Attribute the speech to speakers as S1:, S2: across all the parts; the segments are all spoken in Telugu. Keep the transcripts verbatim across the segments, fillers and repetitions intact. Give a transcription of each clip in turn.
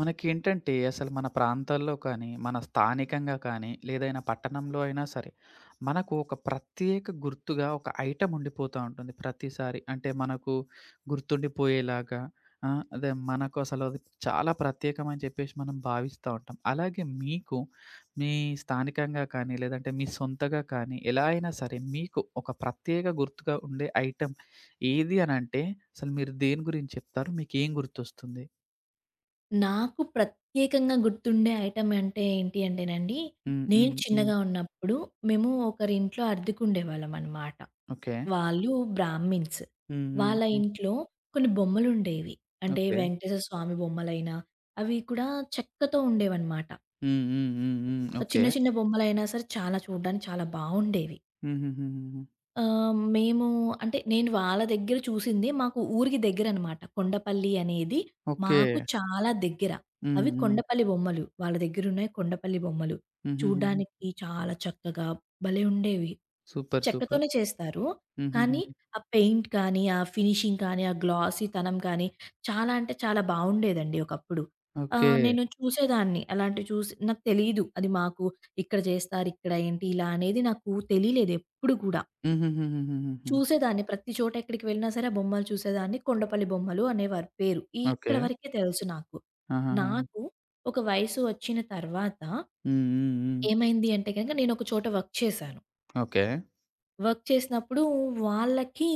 S1: మనకేంటంటే అసలు మన ప్రాంతాల్లో కానీ, మన స్థానికంగా కానీ, లేదైనా పట్టణంలో అయినా సరే, మనకు ఒక ప్రత్యేక గుర్తుగా ఒక ఐటెమ్ ఉండిపోతా ఉంటుంది ప్రతిసారి. అంటే మనకు గుర్తుండిపోయేలాగా ఆ! అదే మనకు అసలు అది చాలా ప్రత్యేకం అని చెప్పేసి మనం భావిస్తా ఉంటాం. అలాగే మీకు మీ స్థానికంగా కానీ, లేదంటే మీ సొంతగా కానీ, ఎలా అయినా సరే మీకు ఒక ప్రత్యేక గుర్తుగా ఉండే ఐటెమ్ ఏది అనంటే అసలు మీరు దేని గురించి చెప్తారు? మీకేం గుర్తొస్తుంది?
S2: నాకు ప్రత్యేకంగా గుర్తుండే ఐటెమ్ అంటే ఏంటి అంటేనండి,
S1: హ్మ్.
S2: నేను
S1: హ్మ్. హ్మ్.
S2: చిన్నగా ఉన్నప్పుడు మేము ఒకరింట్లో అద్దెకుండేవాళ్ళం అనమాట.
S1: ఓకే.
S2: వాళ్ళు బ్రాహ్మిన్స్.
S1: హ్మ్. హ్మ్.
S2: వాళ్ళ
S1: హ్మ్.
S2: ఇంట్లో కొన్ని బొమ్మలుండేవి. అంటే
S1: ఓకే.
S2: వెంకటేశ్వర స్వామి బొమ్మలైనా, అవి కూడా చెక్కతో ఉండేవనమాట.
S1: హ్మ్. హ్మ్. హ్మ్. హ్మ్. ఓకే.
S2: చిన్న చిన్న బొమ్మలైనా సరే చాలా చూడ్డానికి చాలా బావుండేవి.
S1: హుహుహుహుహు.
S2: ఆహ్, మేము అంటే నేను వాళ్ళ దగ్గర చూసింది మాకు ఊరికి దగ్గరనమాట. కొండపల్లి అనేది
S1: ఓకే.
S2: మాకు చాలా దగ్గర.
S1: హ్మ్.
S2: అవి
S1: హ్మ్.
S2: కొండపల్లి బొమ్మలు. వాళ్ళ దగ్గరున్నాయి కొండపల్లి బొమ్మలు.
S1: హుహుహుహు.
S2: చూడ్డానికి చాలా చక్కగా భలే ఉండేవి.
S1: సూపర్. సూపర్.
S2: చెక్కతోనే చేస్తారు. కానీ
S1: హుహుహుహు.
S2: ఆ పెయింట్ కానీ, ఆ ఫినిషింగ్ కానీ, ఆ గ్లాసీతనం కానీ చాలా అంటే చాలా బావుండేదండి ఒకప్పుడు.
S1: ఓకే.
S2: ఆహ్, నేను చూసేదాన్ని. అలాంటివి చూసి నాకు తెలీదు. అది మాకు ఇక్కడ జేస్తారు, ఇక్కడ ఏంటి ఇలా అనేది నాకు తెలీలేదు ఎప్పుడు కూడా.
S1: హుహుహుహుహుహు.
S2: చూసేదాన్ని. ప్రతి చోట ఎక్కడికి వెళ్ళినా సరే, ఆ బొమ్మలు చూసేదాన్ని. కొండపల్లి బొమ్మలు అనేవారు పేరు.
S1: ఓకే.
S2: ఇక్కడి వరకే తెలుసు నాకు.
S1: ఆహాహా!
S2: నాకు ఒక వయసు వచ్చిన తర్వాత
S1: హ్మ్. హ్మ్. హ్మ్.
S2: ఏమైంది అంటే గనక నేనొక చోట వర్క్ చేశాను.
S1: ఓకే.
S2: వర్క్ చేసినప్పుడు వాళ్ళకి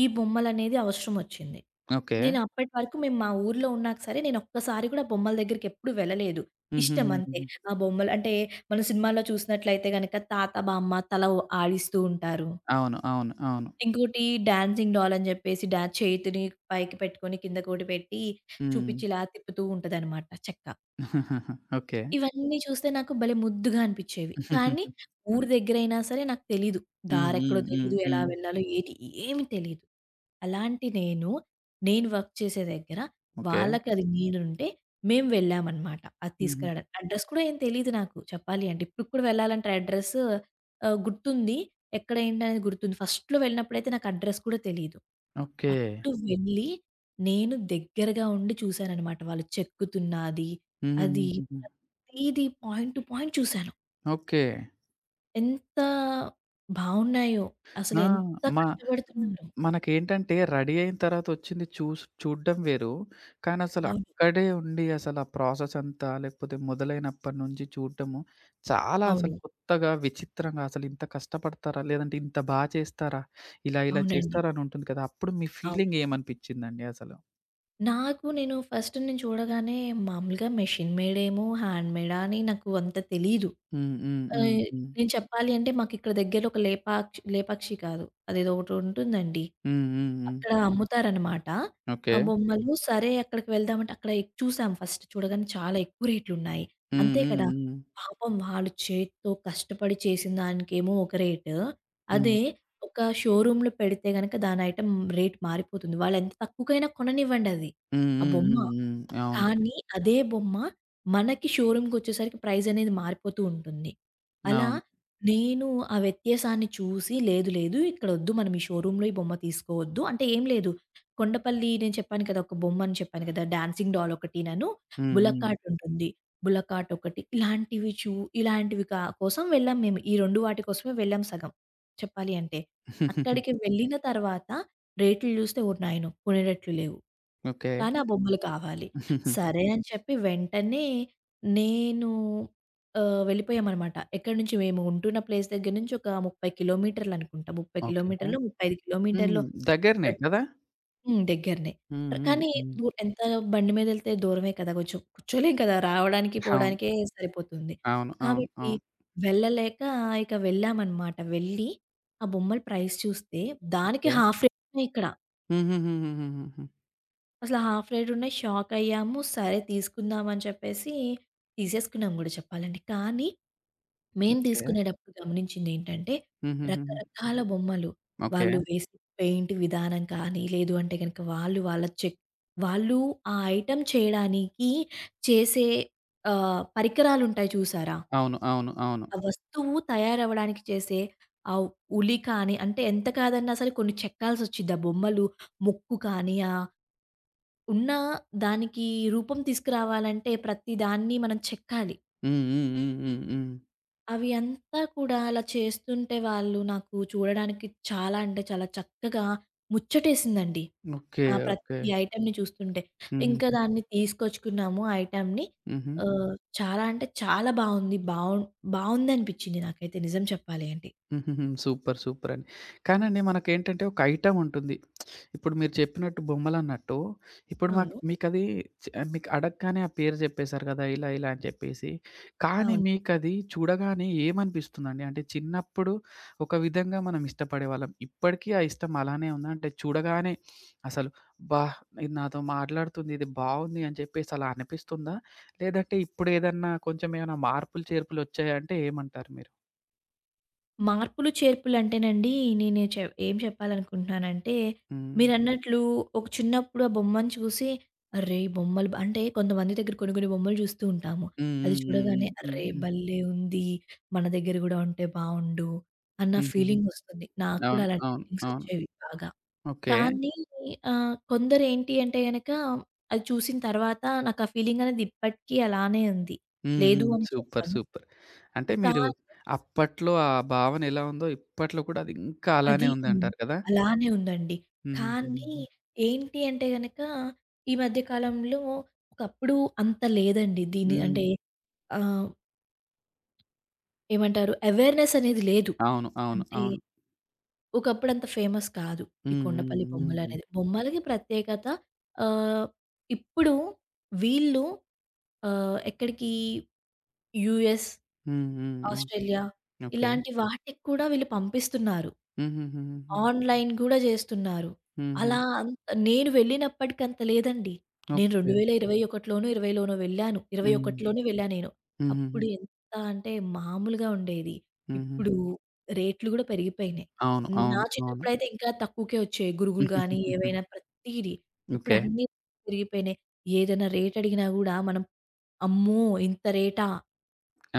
S2: ఈ బొమ్మలనేది అవసరం వచ్చింది.
S1: ఓకే.
S2: నేను అప్పటి వరకు మేము మా ఊర్లో ఉన్నా సరే, నేనొక్కసారి కూడా బొమ్మల దగ్గరికెప్పుడు వెళ్ళలేదు. ఇష్టం అంతే.
S1: హుహుహుహుహు.
S2: ఆ బొమ్మలు అంటే మనం సినిమాల్లో చూసినట్లయితే గనక తాత, బామ్మ తల ఊ ఆడిస్తూ ఉంటారు.
S1: అవును. అవును. అవును.
S2: ఇంకోటి డాన్సింగ్ డాల్ అని జెప్పేసి డా చేతిని పైకి పెట్టుకొని కిందకోటి పెట్టి
S1: హ్మ్.
S2: చూపిచ్చి ఇలా తిప్పుతూ ఉంటదనమాట చెక్క.
S1: ఓకే.
S2: ఇవన్నీ చూస్తే నాకు భలే ముద్దుగా అనిపిచ్చేవి. కానీ ఊరు దగ్గరైనా సరే నాకు తెలీదు.
S1: హ్మ్. హ్మ్.
S2: దారెక్కడో
S1: హ్మ్.
S2: తెలీదు. ఎలా
S1: హ్మ్.
S2: వెళ్ళాలో ఏది ఏమి తెలీదు. అలాంటి నేను, నేను వర్క్ చేసే దగ్గర
S1: ఓకే.
S2: వాళ్ళకి అది నేనుంటే మేము వెళ్ళామనమాట. అది
S1: హుహు.
S2: తీసుకెళ్ళడానికి. అడ్రస్ కూడా ఏం తెలీదు నాకు చెప్పాలి అంటే. ఇప్పటికి కూడా వెళ్ళాలంటే అడ్రస్ ఆహ్, గుర్తుంది. ఎక్కడ ఏంటనేది గుర్తుంది. ఫస్ట్‌లో వెళ్ళినప్పుడైతే నాకు అడ్రస్ కూడా తెలీదు.
S1: ఓకే.
S2: అప్పుడు వెళ్ళి నేను దగ్గరగా ఉండి చూసాననమాట. వాళ్ళు చెక్కుతున్నది అది
S1: హుహుహుహుహు.
S2: ప్రతీది పాయింట్ టు పాయింట్ చూసాను.
S1: ఓకే.
S2: ఎంత బావున్నాయో,
S1: ఆ!
S2: అసలెంత హ్మ్.
S1: మా
S2: కష్టపడుతున్నారు.
S1: మనకేంటంటే రెడీ అయిన తర్వాత వచ్చింది చూస్ చూడడం వేరు. కానీ అసలు
S2: అవును.
S1: అక్కడే ఉండి అసలు ఆ ప్రాసెస్ అంతా లేకపోతే మొదలైనప్పటి నుంచి చూడటము చాలా అసలు
S2: అవును.
S1: కొత్తగా, విచిత్రంగా అసలు ఇంత కష్టపడతారా? లేదంటే ఇంత బా చేస్తారా? ఇలా ఇలా
S2: అవునండి.
S1: చేస్తారా? అని ఉంటుంది కదా! అప్పుడు మీ ఫీలింగ్
S2: అవును.
S1: ఏమనిపించిందండి అసలు?
S2: నాకు నేను ఫస్ట్ నేను చూడగానే మామూలుగా మెషిన్ మేడేమో, హ్యాండ్ మేడా అని నాకు అంత తెలీదు.
S1: హ్మ్. హ్మ్. హ్మ్.
S2: ఆహ్,
S1: హ్మ్.
S2: నేను చెప్పాలి అంటే మాకిక్కడ దగ్గరలో ఒక లేపాక్షి లేపాక్షి కాదు. అదేదో ఒకటుంటుందండి.
S1: హ్మ్. హ్మ్. హ్మ్.
S2: అక్కడ అమ్ముతారనమాట.
S1: ఓకే.
S2: ఆ బొమ్మలు. సరే అక్కడికి వెళ్దామంటే అక్కడ ఎక్ చూసాం ఫస్ట్ చూడగానే చాలా ఎక్కువ రేట్లున్నాయి.
S1: హ్మ్.
S2: అంతే
S1: హ్మ్.
S2: కదా!
S1: హ్మ్.
S2: పాపం వాళ్ళు చేత్తో కష్టపడి చేసిన దానికేమో ఒక రేటు.
S1: హ్మ్.
S2: అదే ఒక షోరూమ్‌లో పెడితే గనక దాని ఐటెమ్ రేట్ మారిపోతుంది. వాళ్ళెంత తక్కువకైనా కొననివ్వండది.
S1: హ్మ్.
S2: ఆ
S1: హ్మ్.
S2: బొమ్మ
S1: హ్మ్. హ్మ్. అవును.
S2: కానీ అదే బొమ్మ మనకి షోరూమ్‌కొచ్చేసరికి ప్రైజ్ అనేది మారిపోతూ ఉంటుంది. అలా
S1: అవును.
S2: నేను ఆ వ్యత్యాసాన్ని చూసి లేదు, లేదు ఇక్కడొద్దు మనం ఈ షోరూమ్‌లో ఈ బొమ్మ తీసుకోవద్దు. అంటే ఏం లేదు కొండపల్లి నేను చెప్పాను కదా! ఒక బొమ్మ అని చెప్పాను కదా! డాన్సింగ్ డాల్ ఒకటినను,
S1: హ్మ్. హ్మ్.
S2: బుల్లకాట్ ఉంటుంది. బుల్లకాట్ ఒకటి ఇలాంటివి చూ ఇలాంటివి కా కోసం వెళ్ళాం మేము. ఈ రెండు వాటి కోసమే వెళ్ళాం సగం చెప్పాలి అంటే. అక్కడికి వెళ్ళిన తర్వాత రేట్లు చూస్తే ఓరి నాయనో! కొనేటట్లు లేవు.
S1: ఓకే.
S2: కానీ ఆ బొమ్మలు కావాలి. సరే అని చెప్పి వెంటనే నేను ఆహ్, వెళ్ళిపోయామనమాట. ఎక్కడి నుంచి మేము ఉంటున్న ప్లేస్ దగ్గర నుంచి ఒక ముప్పై కిలోమీటర్లు అనుకుంటా. ముప్పై
S1: ఓకే.
S2: కిలోమీటర్లో, ముప్పై ఐదు
S1: హ్మ్.
S2: కిలోమీటర్లో
S1: దగ్గరనే
S2: ఆహ్,
S1: కదా!
S2: హ్మ్. దగ్గరనే.
S1: హ్మ్. హ్మ్.
S2: కానీ
S1: హ్మ్.
S2: దూ ఎంత బండి మీదెళ్తే దూరమే కదా! కొంచెం కూర్చోలేం కదా! రావడానికి,
S1: అవును.
S2: పోవడానికే సరిపోతుంది.
S1: అవును. అవును.
S2: కాబట్టి
S1: అవును.
S2: వెళ్ళలేక ఇక వెళ్ళామనమాట. వెళ్ళి ఆ బొమ్మల ప్రైస్ చూస్తే దానికి
S1: ఓకే.
S2: హాఫ్ రేట్‌నే ఇక్కడ.
S1: హుహుహుహుహుహుహు.
S2: అసలు హాఫ్ రేట్ ఉన్నాయి. షాకయ్యాము. సరే తీసుకుందాం అని చెప్పేసి తీసేసుకున్నాం గూడా చెప్పాలంటే. కానీ మేము
S1: ఓకే.
S2: తీసుకునేటప్పుడు గమనించిందేంటంటే,
S1: హుహుహుహు.
S2: రకరకాల బొమ్మలు.
S1: ఓకే.
S2: వాళ్ళు వేసే పెయింట్ విధానం కానీ, లేదు అంటే గనక వాళ్ళు వాళ్ళ చెక్ వాళ్ళు ఆ ఐటెమ్ చేయడానికి చేసే ఆహ్, పరికరాలుంటాయి చూసారా?
S1: అవును. అవును. అవును.
S2: ఆ వస్తువు తయారవ్వడానికి చేసే ఆ ఉలి కానీ, అంటే ఎంత కాదన్నా సరే కొన్ని చెక్కాల్సొచ్చిద్ది. ఆ బొమ్మలు ముక్కు కానీ ఆ ఉన్న దానికి రూపం తీసుకురావాలంటే ప్రతి దాన్ని మనం చెక్కాలి.
S1: హ్మ్. హ్మ్. హ్మ్. హ్మ్. హ్మ్.
S2: అవి అంతా కూడా అలా చేస్తుంటే వాళ్ళు నాకు చూడడానికి చాలా అంటే చాలా చక్కగా ముచ్చటేసిందండి.
S1: ఓకే.
S2: ఆ
S1: ఓకే.
S2: ప్రతి ఐటెమ్‌ని చూస్తుంటే. ఇంకా
S1: హుహుహు.
S2: దాన్ని తీసుకొచ్చుకున్నాము ఆ ఐటెమ్‌ని.
S1: హుహు.
S2: ఆహ్, చాలా అంటే చాలా బావుంది. బావుం బావుందనిపించింది నాకైతే నిజం చెప్పాలి అంటే.
S1: హుహుహు. సూపర్. సూపర్ అండి. కానండి మనకేంటంటే ఒక ఐటెమ్ ఉంటుంది. ఇప్పుడు మీరు చెప్పినట్టు బొమ్మలన్నట్టు ఇప్పుడు మాకు
S2: అవును.
S1: మీకది చ్ మీకు అడగగానే ఆ పేరు చెప్పేసారు కదా! ఇలా, ఇలా అని చెప్పేసి. కానీ
S2: అవును.
S1: మీకది చూడగానే ఏమనిపిస్తుందండి? అంటే చిన్నప్పుడు ఒక విధంగా మనం ఇష్టపడేవాళ్ళం. ఇప్పటికీ ఆ ఇష్టం అలానే ఉందా? అంటే చూడగానే అసలు "అబ్బా! ఇది నాతో మాట్లాడుతుంది. ఇది బావుంది" అని చెప్పేసి అలా అనిపిస్తుందా? లేదంటే ఇప్పుడేదన్నా కొంచెం ఏమైనా మార్పులు చేర్పులు వచ్చాయంటే ఏమంటారు మీరు?
S2: మార్పులు, చేర్పులంటేనండి నేను చె ఏం చెప్పాలనుకుంటున్నానంటే,
S1: హ్మ్.
S2: మీరన్నట్లు ఒక చిన్నప్పుడు ఆ బొమ్మను చూసి, అర్రే! ఈ బొమ్మలు బ అంటే కొంతమంది దగ్గర కొన్ని కొన్ని బొమ్మలు చూస్తూ ఉంటాము.
S1: హ్మ్.
S2: అది
S1: హ్మ్. హ్మ్.
S2: చూడగానే
S1: హ్మ్.
S2: అర్రే!
S1: హ్మ్.
S2: భలే ఉంది. మన దగ్గర గూడా ఉంటే బావుండు అన్న
S1: హ్మ్. హుహు.
S2: ఫీలింగ్ వస్తుంది. నాకు కూడా
S1: అవును.
S2: అలాంటి
S1: అవును.
S2: ఫీలింగ్స్
S1: అవును.
S2: వచ్చేవి బాగా.
S1: ఓకే.
S2: కానీ ఆహ్, కొందరేంటి అంటే గనక అది చూసిన తర్వాత నాకు ఆ ఫీలింగ్ అనేది ఇప్పటికీ అలానే ఉంది.
S1: హ్మ్.
S2: లేదు
S1: హ్మ్.
S2: అని
S1: సూపర్.
S2: చెప్పను.
S1: సూపర్. అంటే
S2: కానీ
S1: మీరు అప్పట్లో ఆ భావన ఎలా ఉందో ఇప్పట్లో కూడా అది ఇంకా అలానే
S2: అది. అవును.
S1: ఉందంటారు కదా!
S2: అలానే ఉందండి.
S1: హుహు.
S2: కానీ
S1: హుహుహు.
S2: ఏంటి అంటే గనక, ఈ మధ్య కాలంలో ఒకప్పుడు అంత లేదండి. దీని
S1: హ్మ్.
S2: అంటే ఆహ్, ఏమంటారు అవేర్‌నెస్ అనేది లేదు.
S1: అవును. అవును.
S2: అంటే
S1: అవును.
S2: ఒకప్పుడు అంత ఫేమస్ కాదు. ఈ
S1: హ్మ్. హ్మ్.
S2: కొండపల్లి
S1: హుహు.
S2: బొమ్మలనేది. బొమ్మలకి ప్రత్యేకత ఆహ్, ఇప్పుడు వీళ్ళు ఆహ్, ఎక్కడికి యూఎస్,
S1: హ్మ్. హ్మ్. హ్మ్.
S2: Australia
S1: okay.
S2: ఇలాంటి వాటికి కూడా వీళ్ళు పంపిస్తున్నారు.
S1: హుహుహుహుహు.
S2: ఆన్‌లైన్ గూడా జేస్తున్నారు.
S1: హుహు.
S2: అలా అంత నేను వెళ్ళినప్పటికంత లేదండి.
S1: ఓకే.
S2: నేను రెండు వేల ఇరవై ఒకటి ఇరవైలోనో వెళ్ళాను.
S1: హ్మ్.
S2: ఇరవై ఒకటిలోనే వెళ్ళా నేను.
S1: హుహుహు.
S2: అప్పుడు ఎంత అంటే మామూలుగా ఉండేది. ఇప్పుడు
S1: హుహుహు.
S2: రేట్లు గూడా పెరిగిపోయినాయి.
S1: అవును.
S2: నా
S1: అవును. అవును.
S2: చిన్నప్పుడైతే ఇంకా తక్కువకే వచ్చేవి. గురుగులు గానీ, ఏవైనా ప్రతీది. ఇప్పుడు
S1: ఓకే.
S2: అన్నీ పెరిగిపోయినాయి. ఏదైనా రేట్ అడిగినా గూడా మనం అమ్మో! ఇంత రేటా?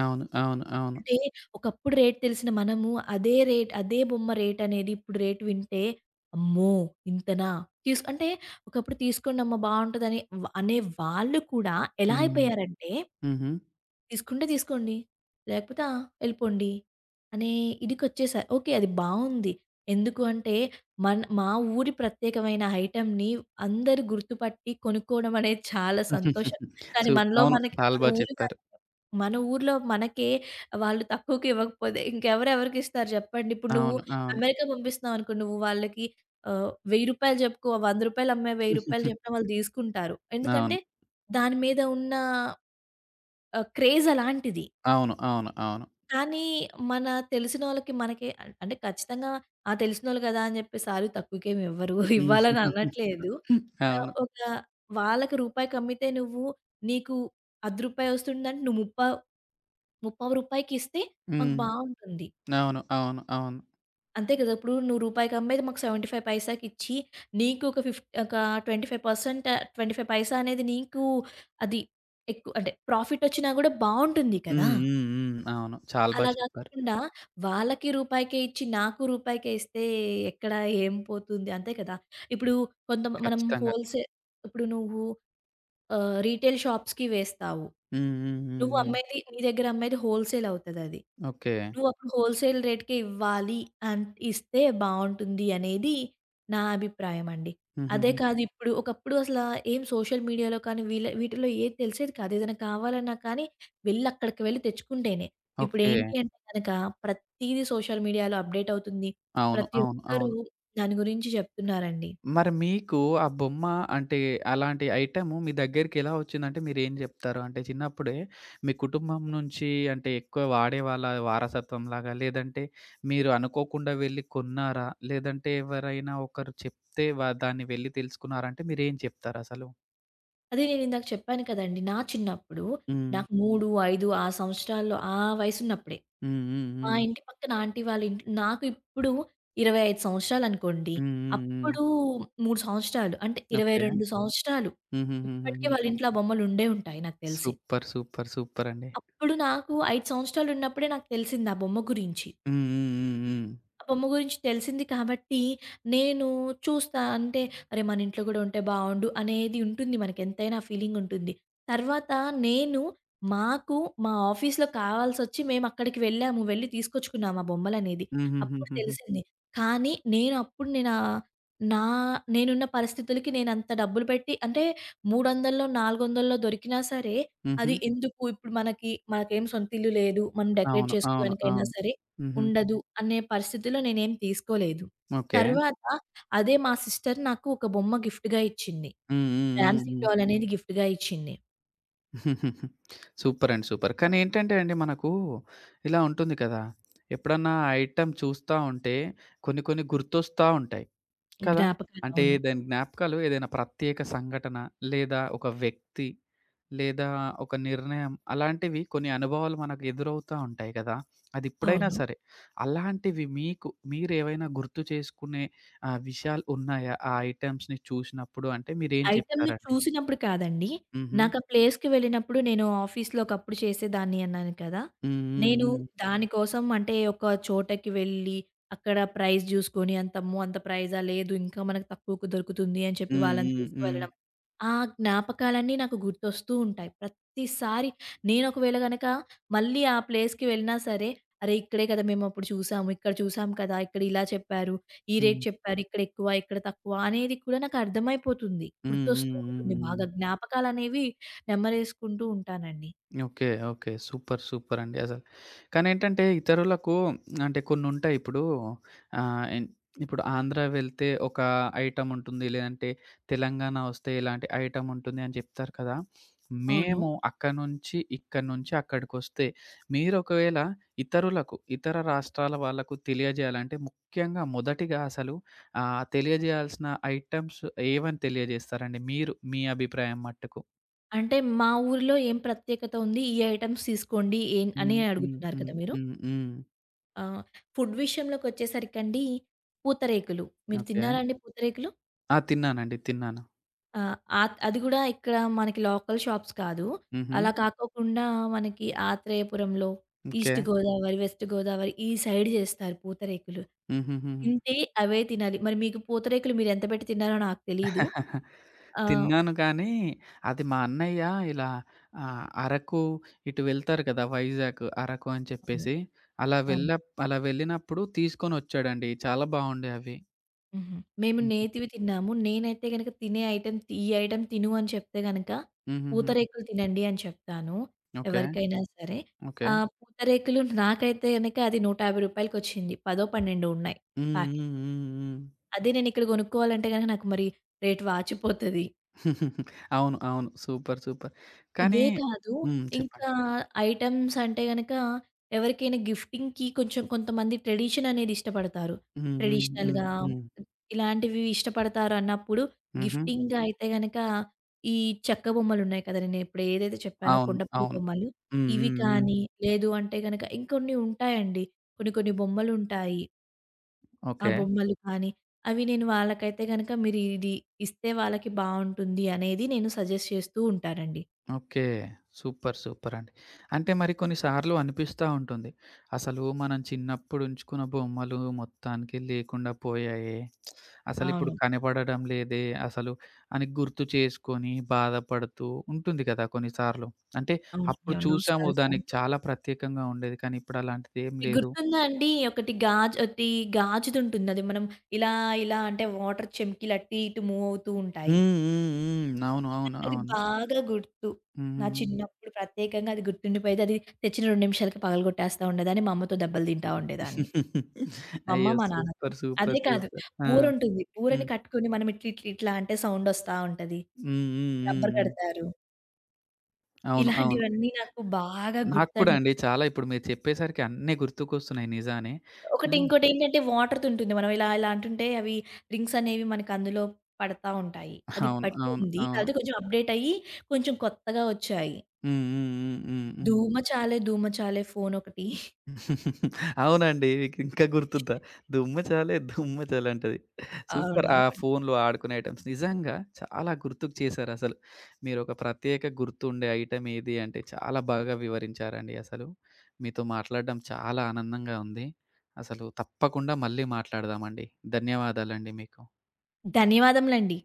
S1: అవును. అవును. అవును.
S2: అంటే ఒకప్పుడు రేట్ తెలిసిన మనము అదే రేట్ అదే బొమ్మ రేట్ అనేది ఇప్పుడు రేట్ వింటే, అమ్మో! ఇంతనా? తీస్ అంటే ఒకప్పుడు తీసుకోండమ్మా బావుంటదని వ అనే వాళ్ళు కూడా ఎలా
S1: హ్మ్.
S2: అయిపోయారంటే
S1: హుహు.
S2: తీసుకుంటే తీసుకోండి. లేకపోతే ఆ! ఎళ్ళిపోండి అనే ఇదికొచ్చేసా. ఓకే. అది బావుంది. ఎందుకు అంటే మన మా ఊరి ప్రత్యేకమైన ఐటెమ్‌ని అందరూ గుర్తుపట్టి కొనుక్కోవడం అనేది చాలా సంతోషం. కానీ
S1: సూ
S2: మనలో
S1: అవును.
S2: మనకి
S1: చాలా
S2: మన
S1: బా
S2: ఊరి వా-
S1: చెప్పారు.
S2: మన ఊర్లో మనకే వాళ్ళు తక్కువకి ఇవ్వకపోతే ఇంకెవరు ఎవరికిస్తారు చెప్పండి. ఇప్పుడు నువ్వు
S1: అవును. అవును.
S2: అమెరికా పంపిస్తున్నావు అనుకో నువ్వు వాళ్ళకి ఆహ్, రూ. వెయ్యి చెప్పుకో రూ. వంద అమ్మాయి రూ. వెయ్యి చెప్పినా వాళ్ళు తీసుకుంటారు.
S1: అవును. అవును.
S2: ఎందుకంటే దాని మీద ఉన్న ఆహ్, క్రేజ్ అలాంటిది.
S1: అవును. అవును.
S2: కానీ మన తెలిసినోళ్ళకి మనకి అన్ అంటే ఖచ్చితంగా ఆ! తెలిసినోళ్ళు గదా! అని చెప్పి సారులు తక్కువకేమి ఇవ్వరు.
S1: హ్మ్.
S2: ఇవ్వాలని అనట్లేదు. ఆహ్,
S1: అవును.
S2: ఒక వాళ్ళకి రూపాయికి అమ్మితే నువ్వు నీకు రూ. పది వస్తుందంటే నువ్వు ముప్పా రూ. 35కి ఇస్తే మాకు
S1: హ్మ్.
S2: బావుంటుంది.
S1: అవును. అవును. అవును.
S2: అంతే కదా! ఇప్పుడు నువ్వు రూపాయికి అమ్మేది మాకు డెబ్బై ఐదు పైసాకి ఇచ్చి నీకు ఒక ఫిఫ్ ఒక ఇరవై ఐదు శాతం ఇరవై ఐదు పైసా అనేది నీకు అది ఎక్కువ అంటే ప్రాఫిట్ వచ్చినా గూడా బావుంటుంది కదా!
S1: హ్మ్. హ్మ్. హ్మ్. అవును. చాలా బా
S2: అలా
S1: చెప్పారు.
S2: గాకోకుండా వాళ్ళకి రూపాయికే ఇచ్చి, నాకు రూపాయికే ఇస్తే ఎక్కడ ఏం పోతుంది? అంతే కదా! ఇప్పుడు కొంత మనం
S1: ఖచ్చితంగా.
S2: హోల్‌సే ఇప్పుడు నువ్వు ఆహ్, రీటైల్ షాప్స్‌కి వేస్తావు.
S1: హ్మ్. హ్మ్. హ్మ్.
S2: నువ్వు
S1: హ్మ్.
S2: అమ్మేది నీ దగ్గర అమ్మేది హోల్‌సేల్ అవుతదది.
S1: ఓకే.
S2: నువ్వు అప్పుడు హోల్‌సేల్ రేట్‌కే ఇవ్వాలి అన్ ఇస్తే బావుంటుంది అనేది నా అభిప్రాయమండి. అదే
S1: హుహుహు.
S2: కాదు ఇప్పుడు ఒకప్పుడు అసలా ఏం సోషల్ మీడియాలో కానీ వీళ్ళ వీటిలో ఏది తెలిసేది కాదు. ఏదైనా కావాలన్నా కానీ వెళ్లి అక్కడికి వెళ్లి తెచ్చుకుంటేనే.
S1: ఓకే.
S2: ఇప్పుడేంటి అంటే గనక ప్రతీదీ సోషల్ మీడియాలో అప్‌డేట్ అవుతుంది.
S1: అవును.
S2: ప్రతి
S1: అవును.
S2: ఒక్కరు
S1: అవును.
S2: దాని గురించి చెప్తున్నారండి.
S1: మరి మీకు ఆ బొమ్మ అంటే అలాంటి ఐటెము మీ దగ్గరికెలా వచ్చిందంటే మీరేం జెప్తారు? అంటే చిన్నప్పుడే మీ కుటుంబం నుంచి అంటే ఎక్కువ వాడేవాళ్ళ వారసత్వంలాగా? లేదంటే మీరు అనుకోకుండా వెళ్లి కొన్నారా? లేదంటే ఎవరైనా ఒకరు చెప్తే వ దాన్ని వెళ్లి తెలుసుకున్నారా? అంటే మీరేం చెప్తారసలు?
S2: అదే నేనిందాక చెప్పాను కదండీ! నా చిన్నప్పుడు
S1: హ్మ్.
S2: నాకు మూడు, ఐదు ఆ సంవత్సరాల్లో ఆ వయసున్నప్పుడే,
S1: హ్మ్. హ్మ్.
S2: మా
S1: హ్మ్.
S2: ఇంటి పక్కన ఆంటీ వాళ్ళ ఇంట్లో నాకు ఇప్పుడు ఇరవై ఐదు సంవత్సరాలనుకోండి.
S1: హ్మ్. హ్మ్. హ్మ్.
S2: అప్పుడు మూడు సంవత్సరాలు అంటే
S1: ఓకే.
S2: ఇరవై రెండు సంవత్సరాలు. ఇప్పటికే
S1: హుహుహుహుహు.
S2: వాళ్ళ ఇంట్లో ఆ బొమ్మలుండే ఉంటాయి నాకు తెలిసి.
S1: సూపర్. సూపర్. సూపరండి.
S2: అప్పుడు నాకు ఐదు సంవత్సరాలున్నప్పుడే నాకు తెలిసింది ఆ బొమ్మ గురించి.
S1: హ్మ్. హ్మ్. హ్మ్. హ్మ్.
S2: ఆ బొమ్మ గురించి తెలిసింది కాబట్టి, నేను చూస్తా అంటే, అరే! మన ఇంట్లో గూడా ఉంటే బావుండు అనేది ఉంటుంది మనకెంతైనా ఆ ఫీలింగుంటుంది. తర్వాత నేను మాకు మా ఆఫీస్‌లో కావాల్సొచ్చి మేమక్కడికి వెళ్ళాము. వెళ్లి తీసుకొచ్చుకున్నాం ఆ బొమ్మలనేది. అప్పుడు
S1: హుహుహుహుహు.
S2: తెలిసింది. కానీ నేను అప్పుడు నేనా నా నేనున్న పరిస్థితులకి నేనంత డబ్బులు పెట్టి అంటే 300లో, 400లో దొరికినా సరే,
S1: హుహు.
S2: అది ఎందుకు ఇప్పుడు మనకి మనకేం సొంతిల్లు లేదు. మనం డెకరేట్
S1: అవును. అవును.
S2: చేసుకోవడానికైనా
S1: అవును.
S2: సరే
S1: హుహు.
S2: ఉండదు అనే పరిస్థితిలో నేనేం తీసుకోలేదు.
S1: ఓకే.
S2: తర్వాత అదే మా సిస్టర్ నాకు ఒక బొమ్మ గిఫ్ట్‌గా ఇచ్చింది.
S1: హ్మ్. హ్మ్. హ్మ్.
S2: డాన్సింగ్
S1: హ్మ్.
S2: డాల్ అనేది గిఫ్ట్‌గా ఇచ్చింది.
S1: సూపర్ అండి. సూపర్. కానీ ఏంటంటే అండి మనకు ఇలా ఉంటుంది కదా! ఎప్పుడన్నా ఆ ఐటెమ్ చూస్తా ఉంటే కొన్ని కొన్ని గుర్తొస్తా ఉంటాయి కదా!
S2: జ్ఞాపకాలు.
S1: అంటే
S2: అవును.
S1: దాని జ్ఞాపకాలు ఏదైనా ప్రత్యేక సంఘటన లేదా ఒక వ్యక్తి లేదా ఒక నిర్ణయం అలాంటివి కొన్ని అనుభవాలు మనకు ఎదురవుతా ఉంటాయి కదా! అది ఇప్పుడైనా
S2: అవును.
S1: సరే అలాంటివి మీకు మీరేవైనా గుర్తు చేసుకునే ఆహ్, విషయాలు ఉన్నాయా? ఆ ఐటెమ్స్‌ని చూసినప్పుడు అంటే మీరేం
S2: ఐటెమ్‌ని
S1: చెప్తారండి?
S2: చూసినప్పుడు కాదండి.
S1: హుహు.
S2: నాకు ఆ ప్లేస్‌కి వెళ్ళినప్పుడు నేను ఆఫీస్‌లో ఒకప్పుడు చేసేదాన్ని అన్నాను కదా!
S1: హ్మ్.
S2: నేను
S1: హ్మ్.
S2: దాని కోసం అంటే ఒక చోటకి వెళ్ళి అక్కడ ప్రైస్ జూసుకొని అంతమ్మో! అంత ప్రైజా లేదు ఇంకా మనకు తక్కువకు దొరుకుతుంది అని చెప్పి
S1: హ్మ్.
S2: వాళ్ళని
S1: హ్మ్. హ్మ్.
S2: తీసుకువెళ్ళడం ఆ జ్ఞాపకాలన్నీ నాకు గుర్తొస్తూ ఉంటాయి. ప్రతిసారి నేను ఒకవేళ గనక మళ్ళీ ఆ ప్లేస్‌కి వెళ్ళినా సరే, అరే! ఇక్కడే కదా మేమప్పుడు చూసాము. ఇక్కడ చూసాం కదా! ఇక్కడ ఇలా చెప్పారు. ఈ రేట్
S1: హ్మ్.
S2: చెప్పారు. ఇక్కడ ఎక్కువ, ఇక్కడ తక్కువ అనేది కూడా నాకు అర్థమైపోతుంది.
S1: హ్మ్. హ్మ్.
S2: గుర్తొస్తూ
S1: హ్మ్.
S2: ఉంటుంది
S1: హ్మ్.
S2: బాగా. జ్ఞాపకాలనేవి నెమరేసుకుంటూ ఉంటానండి.
S1: ఓకే. ఓకే. సూపర్. సూపర్ అండి అసలు. కానీ ఏంటంటే ఇతరులకు అంటే కొన్నుంటాయి ఇప్పుడు ఆహ్, ఎన్ ఇప్పుడు ఆంధ్ర వెళ్తే ఒక ఐటెమ్ ఉంటుంది. లేదంటే తెలంగాణ వస్తే ఇలాంటి ఐటెమ్ ఉంటుంది అని చెప్తారు కదా!
S2: అవును.
S1: మేము అక్కడి నుంచి, ఇక్కడి నుంచి అక్కడికొస్తే మీరు ఒకవేళ ఇతరులకు, ఇతర రాష్ట్రాల వాళ్ళకు తెలియజేయాలంటే ముఖ్యంగా మొదటిగా అసలు ఆహ్, తెలియజేయాల్సిన ఐటెమ్స్ ఏవని తెలియజేస్తారండి మీరు మీ అభిప్రాయం మట్టుకు?
S2: అంటే మా ఊరిలో ఏం ప్రత్యేకత ఉంది? ఈ ఐటెమ్స్ తీసుకోండి ఏం అని
S1: హ్మ్. హ్మ్.
S2: అడుగుతున్నారు
S1: హ్మ్.
S2: కదా మీరు.
S1: హ్మ్. హ్మ్.
S2: ఆహ్, ఫుడ్ విషయంలోకొచ్చేసరికండి పూతరేకులు. మీరు
S1: ఓకే.
S2: తిన్నారా అండి పూతరేకులు?
S1: ఆ! తిన్నానండి. తిన్నాను.
S2: ఆ! ఆత్ అది గూడా ఇక్కడ మనకి లోకల్ షాప్స్ కాదు.
S1: హుహు.
S2: అలా హ్మ్. కాకోకుండా మనకి ఆత్రేయపురంలో,
S1: okay.
S2: East Godavari, west Godavari ఈ సైడ్ జేస్తారు పూతరేకులు.
S1: హుహుహు.
S2: తింటే అవే తినాలి. మరి మీకు పూతరేకులు మీరెంత పెట్టి తిన్నారో నాకు తెలీదు. ఆహ్
S1: తిన్నాను కానీ, అది మా అన్నయ్య ఇలా ఆహ్, అరకు ఇటు వెళ్తారు కదా! వైజాగ్, అరకు అని
S2: అవును.
S1: చెప్పేసి. అలా
S2: అవును.
S1: వెళ్ళప్ అలా వెళ్ళినప్పుడు తీసుకొనొచ్చాడండి. చాలా బావుండే అవి.
S2: హుహు. మేము
S1: హుహు.
S2: నేతివి తిన్నాము. నేనైతే గనక తినే ఐటెమ్ ఈ ఐటెమ్ తిను అని చెప్తే గనక
S1: హుహుహుహు.
S2: పూతరేకులు తినండి అని చెప్తాను.
S1: ఓకే.
S2: ఎవరికైనా సరే.
S1: ఓకే.
S2: ఆహ్, పూతరేకులు నాకైతే గనక అది రూ. 150కి పదో, పన్నెండో ఉన్నాయి
S1: హ్మ్.
S2: ప్యాకెట్‌లో.
S1: హ్మ్. హ్మ్. హ్మ్.
S2: అదే నేను ఇక్కడ కొనుక్కోవాలంటే గనక నాకు మరి రేట్ వాచిపోతది.
S1: అవును. అవును. సూపర్. సూపర్. కానీ
S2: ఇదే కాదు.
S1: హ్మ్. చెప్పండి.
S2: ఇంకా ఐటెమ్స్ అంటే గనక ఎవరికైనా గిఫ్టింగ్‌కి కొంచెం కొంతమంది ట్రెడిషన్ అనేది ఇష్టపడతారు.
S1: హ్మ్. హ్మ్. హ్మ్.
S2: ట్రెడిషనల్‌గా
S1: హ్మ్.
S2: ఇలాంటివి ఇష్టపడతారు అన్నప్పుడు
S1: హుహు.
S2: గిఫ్టింగ్ అయితే గనక ఈ చెక్క బొమ్మలున్నాయి కదా! నేను ఇప్పుడు ఏదైతే చెప్పానో
S1: అవును.
S2: కొండపల్లి
S1: అవును.
S2: బొమ్మలు.
S1: హ్మ్.
S2: ఇవి
S1: హ్మ్. హ్మ్.
S2: కానీ లేదు అంటే గనక ఇంకొన్ని ఉంటాయండి. కొన్ని కొన్ని బొమ్మలుంటాయి. ఆ
S1: ఓకే.
S2: బొమ్మలు కానీ అవి నేను వాళ్ళకైతే గనక మీరు ఇది ఇస్తే వాళ్ళకి బావుంటుంది అనేది నేను సజెస్ట్ చేస్తూ ఉంటానండి.
S1: ఓకే. సూపర్. సూపరండి. అంటే మరి కొన్నిసార్లు అనిపిస్తా ఉంటుంది. అసలు మనం చిన్నప్పుడు ఉంచుకున్న బొమ్మలు మొత్తానికి లేకుండా పోయాయే. అసలిప్పుడు
S2: అవును.
S1: కనపడడం లేదే అసలు అని గుర్తు చేసుకొని బాధపడుతూ ఉంటుంది కదా కొన్నిసార్లు. అంటే
S2: అవునండి.
S1: అప్పుడు
S2: అవును.
S1: చూసాము
S2: నోస్టాల్జియా
S1: దానికి
S2: అంటాం.
S1: చాలా ప్రత్యేకంగా ఉండేది. కానీ ఇప్పుడు అలాంటిది ఏం
S2: మీకు
S1: లేదు.
S2: గుర్తుందా అండి? ఒకటి గాజు ఒకటి గాజుదుంటుంది. అది మనం ఇలా, ఇలా అంటే వాటర్ చెంకీలు అటు ఇటు మూవ్ అవుతూ
S1: హ్మ్.
S2: ఉంటాయి.
S1: హ్మ్. హ్మ్. అవును. అవును.
S2: నాకది
S1: అవును.
S2: బాగా గుర్తు. నా
S1: హ్మ్.
S2: చిన్నప్పుడు ప్రత్యేకంగా అది గుర్తుండిపోయేది. అది తెచ్చిన రెండు నిమిషాలకి పగలగొట్టేస్తా ఉండేదాన్ని. మా అమ్మతో దెబ్బలు తింటా ఉండేదాన్ని. మా అమ్మ,
S1: అయ్యో!
S2: మా నాన్నతో.
S1: సూపర్. సూపర్.
S2: అదే కాదు
S1: సూపర్. ఆ!
S2: బూరుంటుంది. బూరని
S1: హ్మ్.
S2: కట్టుకొని మనం ఇట్ల, ఇట్ల, ఇట్లా అంటే సౌండొస్తా ఉంటది.
S1: హ్మ్. హ్మ్. హ్మ్.
S2: రబ్బర్
S1: హ్మ్.
S2: కడతారు.
S1: అవును. అవును.
S2: ఇలాంటివన్నీ నాకు బాగా
S1: నాకు కూడా
S2: గుర్తండి.
S1: అండి. చాలా ఇప్పుడు మీరు చెప్పేసరికి అన్నీ గుర్తుకొస్తున్నాయి నిజానే. ఆ!
S2: ఒకటి ఇంకోటేంటంటే వాటర్‌తో ఉంటుంది. మనం ఇలా ఇలా అంటుంటే అవి రింగ్స్ అనేవి మనకు అందులో పడతా ఉంటాయి. అది
S1: అవును.
S2: ఇప్పటికి
S1: అవును.
S2: ఉంది.
S1: అవును.
S2: కాకపోతే కొంచెం అప్‌డేట్ అయ్యి కొంచెం కొత్తగా వచ్చాయి.
S1: హ్మ్. హ్మ్. హ్మ్. హ్మ్. హ్మ్.
S2: ధూమచాలే ధూమచాలే ఫోనొకటి.
S1: అవునండి. మీకింకా గుర్తుందా? దుమ్ము చాలే దుమ్ము చాలే అంటది. సూపర్. ఆ
S2: అవునవును.
S1: ఫోన్‌లో ఆడుకునే ఐటెమ్స్ నిజంగా చాలా గుర్తుకు చేశారసలు. మీరొక ప్రత్యేక గుర్తుండే ఐటెమ్ ఏది అంటే చాలా బాగా వివరించారండి అసలు. మీతో మాట్లాడడం చాలా ఆనందంగా ఉంది. అసలు తప్పకుండా మళ్ళీ మాట్లాడదామండి. ధన్యవాదాలండి మీకు.
S2: ధన్యవాదములండి.